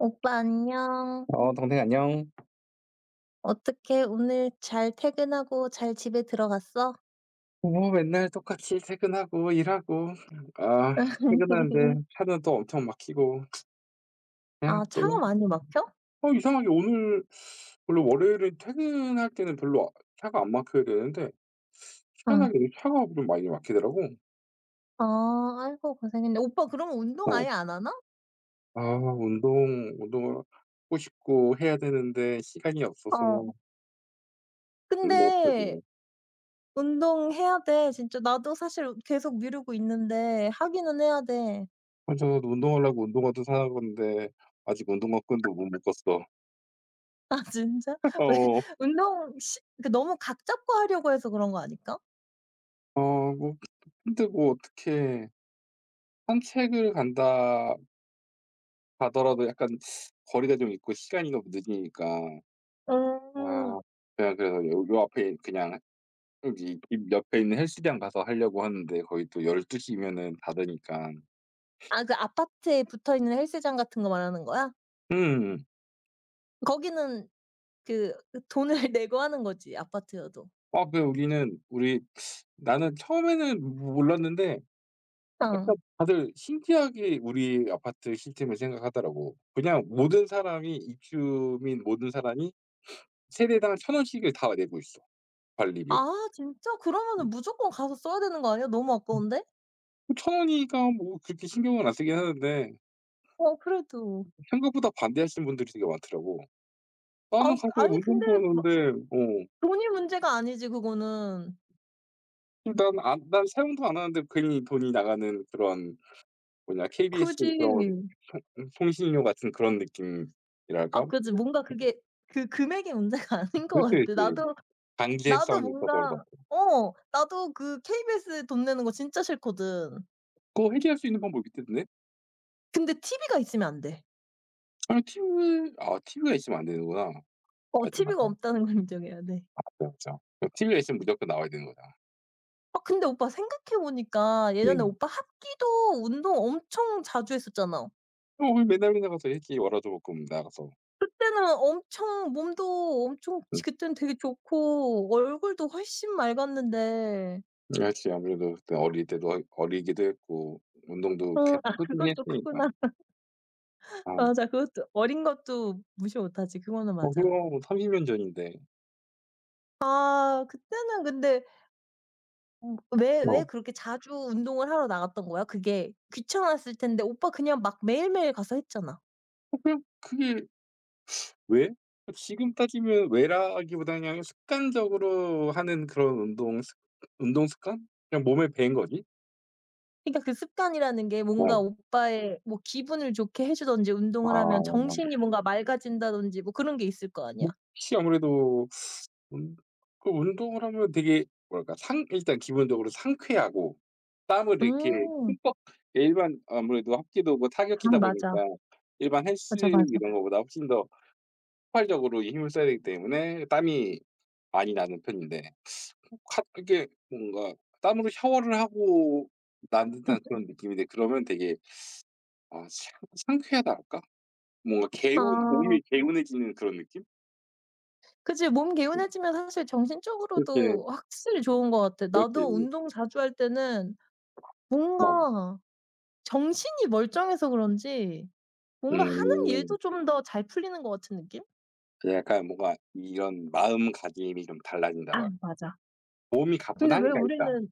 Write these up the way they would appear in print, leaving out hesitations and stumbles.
오빠 안녕. 어, 동생 안녕. 어떻게 오늘 잘 퇴근하고 잘 집에 들어갔어? 뭐 맨날 똑같이 퇴근하고 일하고, 아 퇴근하는데 차는 또 엄청 막히고, 그냥 아 차가 또. 많이 막혀? 이상하게 오늘, 원래 월요일에 퇴근할 때는 별로 차가 안 막혀야 되는데 응. 희한하게 이 차가 좀 많이 막히더라고. 아 아이고 고생했네. 오빠 그럼 운동 어. 아예 안 하나? 운동을 하고 싶고 해야 되는데 시간이 없어서 어. 근데 못하고, 운동해야 돼 진짜. 나도 사실 계속 미루고 있는데 하기는 해야 돼. 혼자 운동하려고 운동화도 사는 건데 아직 운동화 끈도 못 묶었어. 아 진짜? 왜 어. 운동 시 그 너무 각 잡고 하려고 해서 그런 거 아닐까? 어, 뭐, 근데 뭐 어떻게, 산책을 간다 가더라도 약간 거리가 좀 있고 시간이 너무 늦으니까. 음. 아 그냥 그래서 요 앞에, 그냥 여기 집 옆에 있는 헬스장 가서 하려고 하는데 거의또12 시면은 닫으니까. 아 그 아파트에 붙어있는 헬스장 같은 거 말하는 거야? 음. 거기는 그 돈을 내고 하는 거지 아파트여도. 아 그 우리는 우리 나는 처음에는 몰랐는데, 땅. 약간 다들 신기하게 우리 아파트 시스템을 생각하더라고. 그냥 모든 사람이 세대당 1,000원씩을 다 내고 있어, 관리비로. 아 진짜? 그러면은 무조건 가서 써야 되는 거 아니야? 너무 아까운데? 1,000원이니까 뭐 그렇게 신경은 안 쓰긴 하는데, 어 그래도. 생각보다 반대하시는 분들이 되게 많더라고. "나는 아 가서 아니 근데 운동도 막 하는데." 어. 돈이 문제가 아니지 그거는. "난 사용도 안 하는데 괜히 돈이 나가는 그런, 뭐냐, KBS 그런 그지. 통 통신료 같은 그런 느낌이랄까?" 아 그지. 뭔가 그게 그 금액이 문제가 아닌 것 그렇게 같아. 이제 나도 강제성이 있어서 그런 것 뭔가 같아요. 나도 그 KBS 돈 내는 거 진짜 싫거든. 그거 해결할 수 있는 방법이 있겠데 근데 TV가 있으면 안 돼. 아 TV, TV가 있으면 안 되는구나. 어 맞아, 맞아. TV가 없다는 걸 인정해야 돼. 맞아, 맞아. 그 TV가 있으면 무조건 나와야 되는 거잖아. 아 근데 오빠 생각해 보니까 예전에 음. 오빠 합기도 운동 엄청 자주 했었잖아. 어, 왜 맨날 맨날 가서 일기 월화조금 나가서. 그때는 엄청 몸도 엄청 지 그때는 되게 좋고 얼굴도 훨씬 맑았는데 그렇지. 아무래도 그때 어릴 때도 어리 기도 했고 운동도 계속 아 꾸준히 그것도 했으니까. 크구나. 아. 맞아. 그것도 어린 것도 무시 못하지. 그거는 어, 맞아. 그럼 뭐 30년 전인데. 아 그때는 근데 왜 어, 그렇게 자주 운동을 하러 나갔던 거야? 그게 귀찮았을 텐데 오빠 그냥 막 매일매일 가서 했잖아. 어, 그냥 그게 왜? 지금 따지면 왜라기보다는 그냥 습관적으로 하는 그런 운동 습관? 그냥 몸에 배인 거지. 그러니까 그 습관이라는 게 뭔가 어. 오빠의 뭐 기분을 좋게 해 주든지 아. 운동을 하면 뭐, 정신이 뭔가 맑아진다든지 뭐 그런 게 있을 거 아니야. 혹시 아무래도, 운 그 운동을 하면 되게 뭐랄까, 상 일단 기본적으로 상쾌하고, 땀을 이렇게 음. 흠뻑, 일반 아무래도 합기도 뭐 아 타격기다 맞아. 보니까 일반 헬스 맞아, 맞아. 이런 거보다 훨씬 더 폭발적으로 이 힘을 써야 되기 때문에 땀이 많이 나는 편인데, 확 이게 뭔가 땀으로 샤워를 하고 난 듯한 그런 느낌인데, 그러면 되게, 아 상 상쾌하다 할까? 뭔가 개운 몸이 아 개운해지는 그런 느낌? 그치. 몸 음. 개운해지면 사실 그렇게 정신적으로도 확실히 좋은 것 같아. 나도 그렇게 운동 자주 할 때는 어. 뭔가 정신이 멀쩡해서 그런지 뭔가 하는 음. 일도 좀 더 잘 풀리는 것 같은 느낌? 그냥 약간 뭔가 이런 마음가짐이 좀 달라진다고 아 할까? 맞아. 몸이 근데 왜 가뿐하니까 일단, 우리는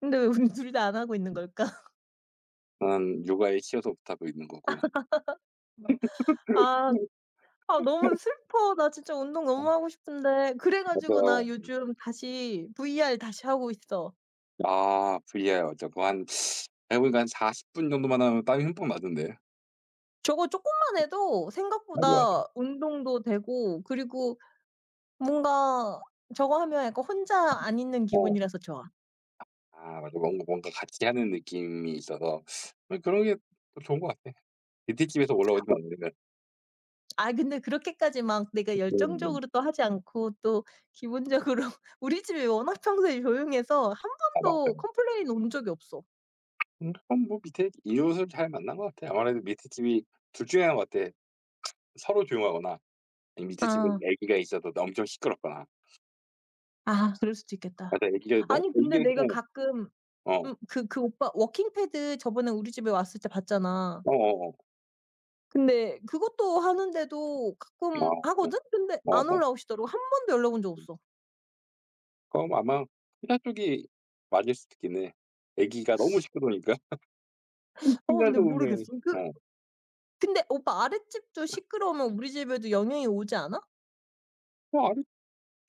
근데 왜 우리 둘 다 안 하고 있는 걸까? 저는 육아에 치여서 부하고 있는 거고. 아 그러니까. 너무 슬퍼. 나 진짜 운동 너무 하고 싶은데 그래 가지고 맞아요. 나 요즘 다시 VR 다시 하고 있어. V 요 맞죠. 한 제가 보니까 한 40분 정도만 하면 땀이 흠뻑 나던데. 저거 쪼끔만 해도 맞아, 맞아. 생각보다 운동도 되고 그리고 뭔가 저거 하면 약간 혼자 안 있는 어. 기분이라서 좋아. 아 맞아. 뭔가 같이 하는 느낌이 있어서 뭐 그런 게 더 좋은 것 같아. 밑에집에서 올라오지 않으면. 아 근데 그렇게까지 막 내가 음음. 열정적으로 또 하지 않고 또 기본적으로 우리 집이 워낙 평소에 조용해서 한 아 번도 맞아요. 컴플레인 온 적이 없어. 그럼 뭐 밑에 이웃을 잘 만난 것 같아. 아무래도 밑에 집이 둘 중에 1 인 것 같아. 서로 조용하거나 밑에 집에 아. 아기가 있어도 엄청 시끄럽거나. 아 그럴 수도 있겠다. 맞아. 아니 근데 아기가 내가 있고. 가끔 어. 오빠 워킹 패드 저번에 우리 집에 왔을 때 봤잖아. 어어어. 근데 그것도 하는데도 아, 가끔 어. 하거든? 근데 어, 안 어. 올라오시더라고. 한 번도 연락 온 적 없어. 그럼 아마 피사 쪽이 맞을 수도 있겠네. 아기가 너무 시끄러우니까. 어 근데 피나서 오네. 모르겠어. 그 어. 근데 오빠 아랫집도 시끄러우면 우리 집에도 영향이 오지 않아? 어, 아래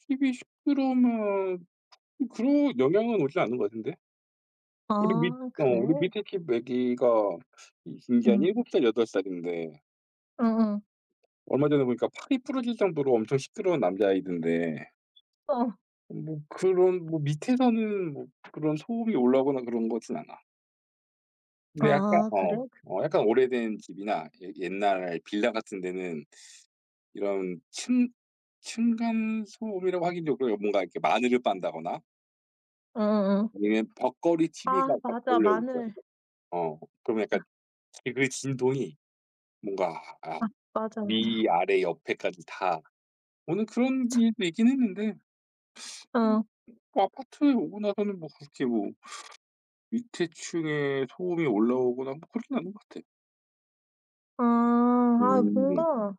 집이 시끄러우면 그런 영향은 오지 않는 것 같은데. 우리 밑 아 어 우리 그래? 밑에 집 아기가, 이 이게 한 응. 7 살, 8 살인데, 응응. 얼마 전에 보니까 팔이 부러질 정도로 엄청 시끄러운 남자아이던데, 어. 뭐 그런, 뭐 밑에서는, 뭐 그런 소음이 올라오거나 그런 거진 않아. 근데 약간 아 어 그래? 어 약간 오래된 집이나 옛날 빌라 같은 데는 이런 층 층간 소음이라고 하긴 좀 그래요. 뭔가 이렇게 마늘을 빤다거나, 어어어. 아니면 벽걸이 TV가 아 막 맞아. 걸려 있어 마늘. 어 그러면 약간 그 진동이 뭔가, 아 맞아, 맞아, 위아래 옆에까지 다 오는 그런 맞아. 일도 있긴 했는데, 어. 뭐 아파트에 오고 나서는 뭐 그렇게 뭐 밑에 층에 소음이 올라오거나 뭐 그러진 않는 것 같아요. 아. 아 음. 뭔가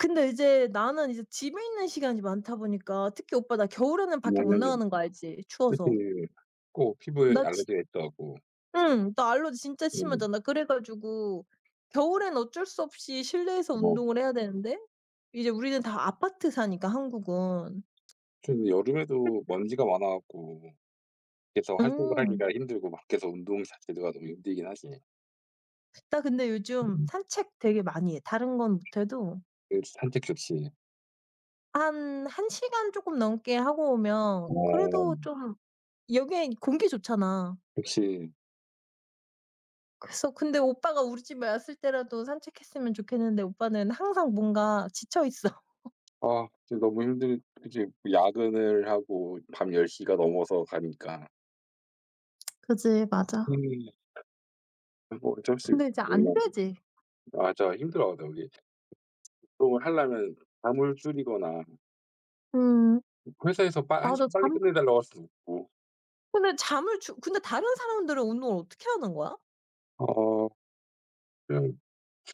근데 이제 나는 이제 집에 있는 시간이 많다 보니까 특히 오빠 나 겨울에는 밖에 못 그냥 나가는 거 알지? 사 추워서. 꼭 피부에 나 지 알레르기가 있다 하고. 응. 나 알러지 진짜 음 심하잖아. 그래 가지고 겨울엔 어쩔 수 없이 실내에서 뭐 운동을 해야 되는데 이제 우리는 다 아파트 사니까 한국은. 좀 여름에도 먼지가 많아 갖고 밖에서 활동을 음. 하기가 힘들고 밖에서 운동 자체가 너무 힘들긴 하지. 나 근데 요즘 음. 산책 되게 많이 해. 다른 건 못해도 그 산책 좋지. 한 1 시간 조금 넘게 하고 오면 그래도 어, 좀 여기 공기 좋잖아. 역시. 그래서 근데 오빠가 우리 집에 왔을 때라도 산책했으면 좋겠는데 오빠는 항상 뭔가 지쳐 있어. 아 진짜 너무 힘들 그치, 야근을 하고 밤 1 0가 넘어서 가니까. 그지. 맞아. 음. 뭐 어쩔 수 없. 근데 이제 안 음 되지. 맞아. 힘들어. 근데 우리 운동을 하려면 잠을 줄이거나 음. 회사에서 빠 한 맞아. 시간 빨리 잠 끝내달라고 할 수도 있고. 근데 잠을 주 근데 다른 사람들은 운동을 어떻게 하는 거야? 어, 그냥,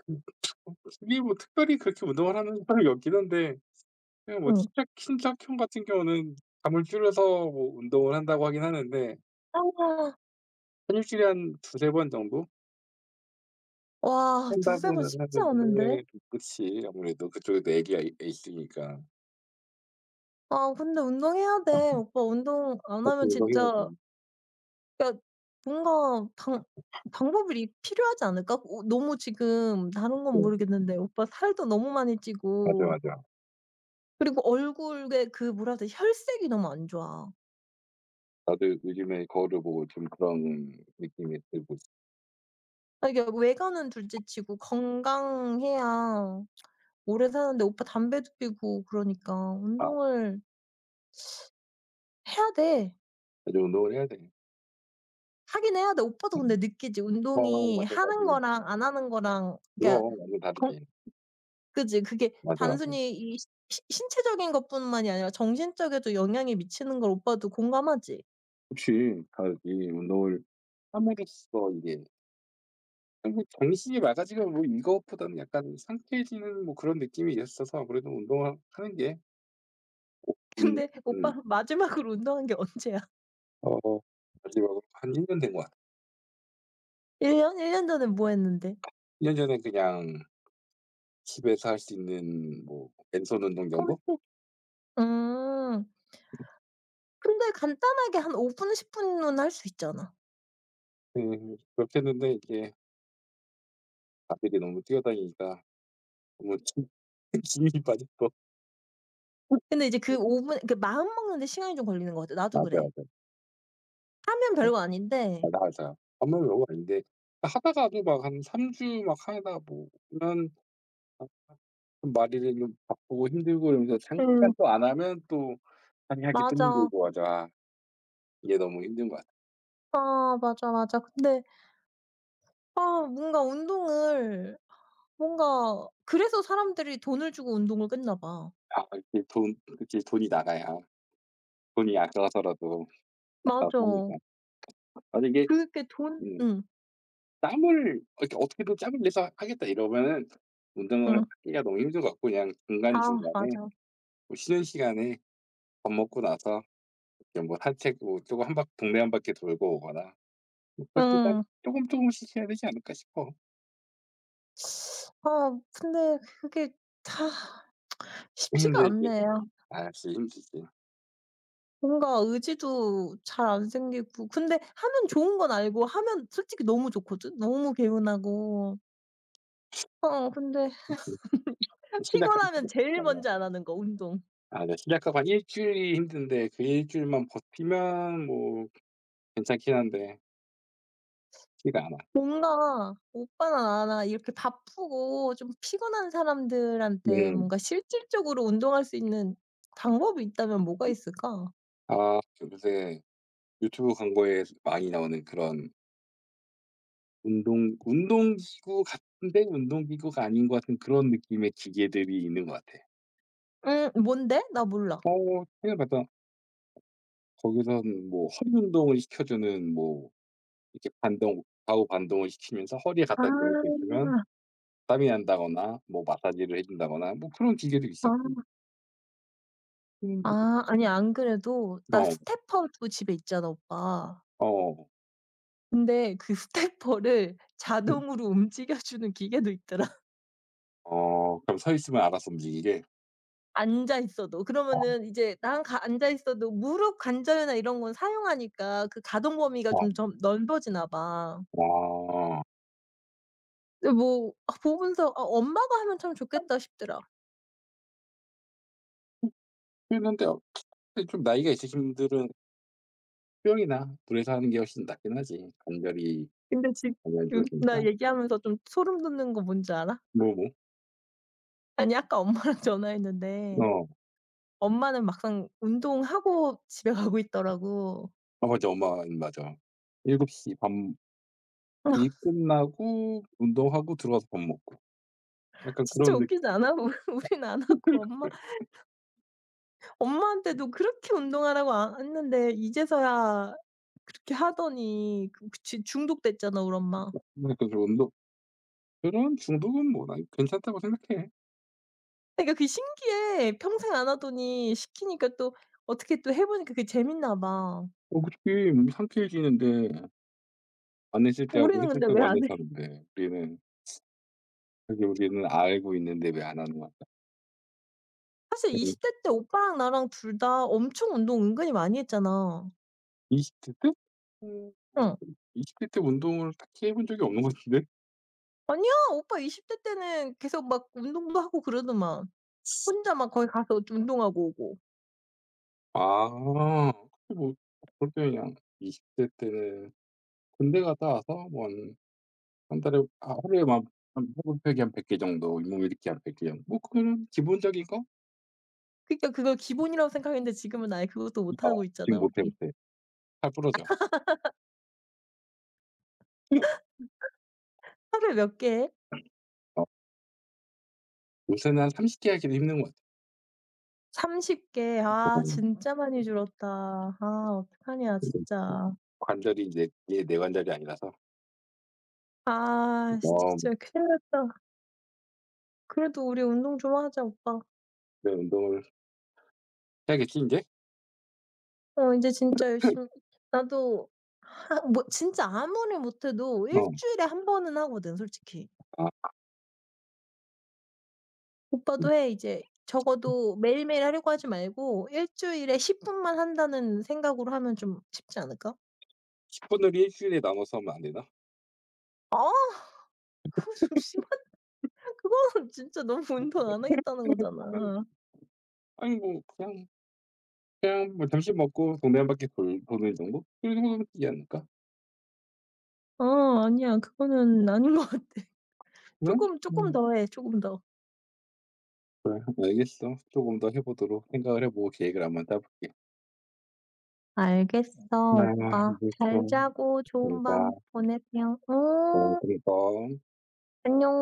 그, 특히 뭐 특별히 그렇게 운동을 하는 사람이 없긴 한데, 그냥 뭐 응. 친척형 같은 경우는 잠을 줄여서 뭐 운동을 한다고 하긴 하는데, 아. 한 일주일에 한 2, 3번 정도 와 두세 번 한다고는 쉽지 않은데. 하는데, 그치. 아무래도 그쪽에도 애기가 있 있으니까. 아 근데 운동해야 돼. 오빠 운동 안 하면 그래서 진짜 해야지. 그러니까 뭔가 방 방법이 이 필요하지 않을까? 오 너무 지금 다른 건 네. 모르겠는데 오빠 살도 너무 많이 맞아, 찌고 맞아. 그리고 얼굴에 그 뭐라 그래 혈색이 너무 안 좋아. 나도 요즘에 거울을 보고 좀 그런 느낌이 들고 있어. 아 이게 외관은 둘째치고 건강해야 오래 사는데 오빠 담배도 피우고 그러니까 "아, 운동을 해야 돼. 이제 운동을 해야 돼." 하긴 해야 돼. 오빠도 음. 근데 느끼지. 어, 운동이 맞아, 맞아. 하는 거랑 안 하는 거랑 그러니까 그럼 완전 건 다르지. 그지. 그게 맞아, 맞아. 단순히 이 시 시 신체적인 것뿐만이 아니라 정신적에도 영향이 미치는 걸 오빠도 공감하지. 혹시 다이 운동을 함으로써 이게 결국 정신이 맑아지고, 뭐 이것보다는 약간 상쾌해지는 뭐 그런 느낌이 있었어서 그래도 운동을 하는 게. 운 근데 음 오빠 마지막으로 운동한 게 언제야? 어 마지막으로 한 1년 된 것 같아요. 1 년? 1년 전에 뭐 했는데? 1년 전에 그냥 집에서 할 수 있는 뭐 맨손 운동 정도? 홈트 음. 근데 간단하게 한 5분 10 분은 할 수 있잖아. 네, 그렇게 했는데 이게 아들이 너무 뛰어다니니까 너무 힘이 빠져서. 근데 이제 그 5분 그 마음 먹는 데 시간이 좀 걸리는 것 같아. 나도 맞아, 그래. 맞아. 하면 별거 아닌데 맞아, 아요 반만 외우고 아닌데, 그러니까 하다가도 막 한 3 주 막 하다 보면, 아 좀 말이 좀 바쁘고 힘들고 이러면서 잠깐 음. 또 안 하면 또 상의하기 또 맞아. 힘들고 하죠. 이게 너무 힘든 것 같아요. 아 맞아, 맞아. 근데 아 뭔가 운동을 뭔가 그래서 사람들이 돈을 주고 운동을 끊나 봐. 아 이게 돈 이렇게 돈이 나가야 돈이 아까워서라도 나가서 합니다. 맞아. 만약에 이게 그게 돈 음 응. 짬을 이렇게 어떻게든 짬을 내서 하겠다 이러면은 응. 운동을 하기가 너무 힘든 것 같고, 그냥 아 중간중간에 맞아. 뭐 쉬는 시간에, 밥 먹고 나서 이렇게 뭐 산책, 뭐 쪼금 한 바퀴 동네 한 바퀴 돌고 오거나, 그렇지만 응. 조금조금씩 해야 되지 않을까 싶어. 아 근데 그게 다 쉽지가 힘들지. 않네. 아. 아, 역시 힘들지. 뭔가 의지도 잘 안 생기고 근데 하면 좋은 건 알고 하면 솔직히 너무 좋거든. 너무 개운하고. 어 근데 음. 시작하기 피곤하면 힘들어. 제일 맞아. 먼저 안 하는 거 운동. 네, 시작하고 한 1주일이 힘든데 그 1주일만 버티면 뭐 괜찮긴 한데 쉽지가 않아. 뭔가 오빠나 나나 이렇게 바쁘고 좀 피곤한 사람들한테 음. 뭔가 실질적으로 운동할 수 있는 방법이 있다면 뭐가 있을까? 그 요새 유튜브 광고에 많이 나오는 그런 운동기구 같은데, 운동기구가 아닌 것 같은 그런 느낌의 기계들이 있는 것 같아. 뭔데? 나 몰라. 생각해 봤자 거기선 뭐 허리 운동을 시켜 주는, 뭐 이렇게 반동 좌우 반동을 시키면서 허리에 아. 갖다 대고 있으면 땀이 난다거나, 뭐 마사지를 해 준다거나 뭐 그런 기계도 아. 있었고. 음. 아 아니 안 그래도 나 어. 스테퍼도 집에 있잖아 오빠. 어. 근데 그 스테퍼를 음. 자동으로 움직여 주는 기계도 있더라. 어, 그럼 서 있으면 알아서 움직이게? 앉아 있어도. 어, 그러면은 이제 난 가 앉아 있어도 무릎 관절이나 이런 건 사용하니까 그 가동 범위가 어. 좀 넓어지나 봐. 아. 근데 뭐 아 보면서 '아 엄마가 하면 참 좋겠다.' 싶더라. 그랬는데, 좀 나이가 있으신 분들은 수영이나 물에서 하는 게 훨씬 낫긴 하지. 관절이 근데 지금 많이 안 좋으니까. 나 얘기하면서 좀 소름 돋는 거 뭔지 알아? 뭐. 아니 아까 엄마랑 전화했는데 어. 엄마는 막상 운동하고 집에 가고 있더라고. 아 맞아. 엄마 맞아. 7곱시밥이 끝나고 운동하고 들어가서 밥 먹고. 약간 진짜 그런 느낌. 웃기지 않아? 우 우리는 안 하고 엄마한테도 그렇게 운동하라고 안 했는데 이제서야 그렇게 하더니 그 주 중독됐잖아 우리 엄마. 약간 좀 운동 그런 중독은 뭐 나 괜찮다고 생각해. 그러니까 그게 신기해. 평생 안 하더니 시키니까 또 어떻게 또 해 보니까 그게 재밌나 봐. 어차피 뭐 상쾌해지는데 안 했을 때하고 올해는 했을 근데 때가 왜 완전 안 해? 다른데, 우리는 그게, 우리는 알고 있는데 왜 안 하는 거야? 사실 음20대 때 오빠랑 나랑 둘 다 엄청 운동 은근히 많이 했잖아. 20대 때? 음, 뭐 응. 20대 때 운동을 딱히 해본 적이 없는 것 같은데. 아니야. 오빠 20대 때는 계속 막 운동도 하고 그러더만. 혼자 막 거기 가서 좀 운동하고 오고. 아그뭐볼럴때 그냥 20대 때는, 군대 갔다 와서 뭐 한 달에 하루에 막 한 호흡한100개 정도, 잇몸 일으키한100개 정도 뭐 그런 기본적인 거. 그러니까 그걸 기본이라고 생각했는데 지금은 아예 그것도 못 아, 하고 지금 있잖아 못해, 우리. 못해. 다 부러져. 하루에 몇 개 해? 요새는 한 30개 하기도 힘든 것 30 개. 아 같아요. 음. 진짜 많이 줄었다. 아 어떡하냐 음. 진짜. 관절이 이제 이게 내 관절이 아니라서. 아 어. 진짜 큰일 났다. 그래도 우리 운동 좀 하자 오빠. 그래, 운동을 해야겠지 인제? 어 이제 진짜 열심히 나도 하 뭐 진짜 아무리 못해도 일 어. 주일에 한 번은 하거든 솔직히. 아 음. 오빠도 해 이제. 적어도 매일매일 하려고 하지 말고 일 주일에 10 분만 한다는 생각으로 하면 좀 쉽지 않을까? 10 분을 1 주일에 나눠서 하면 안 되나? 아 그거 좀 심한 그거는 진짜 너무 운동 안 하겠다는 음 거잖아. 아니 뭐 그냥 뭐 점심 먹고 동네 한 바퀴 돌 도는 정도? 그 정도면 되지 않을까? 어 아니야. 그거는 아닌 것 같아. 그래? 조금 음. 더 해. 조금 더. 그래 알겠어, 조금 더 해 보도록 생각을 해 보고 계획을 한번 짜 볼게. 알겠어, 아, 오빠. 이제 잘 그럼 자고 좋은 내가 밤 보내세요. 응. 뭐 안녕.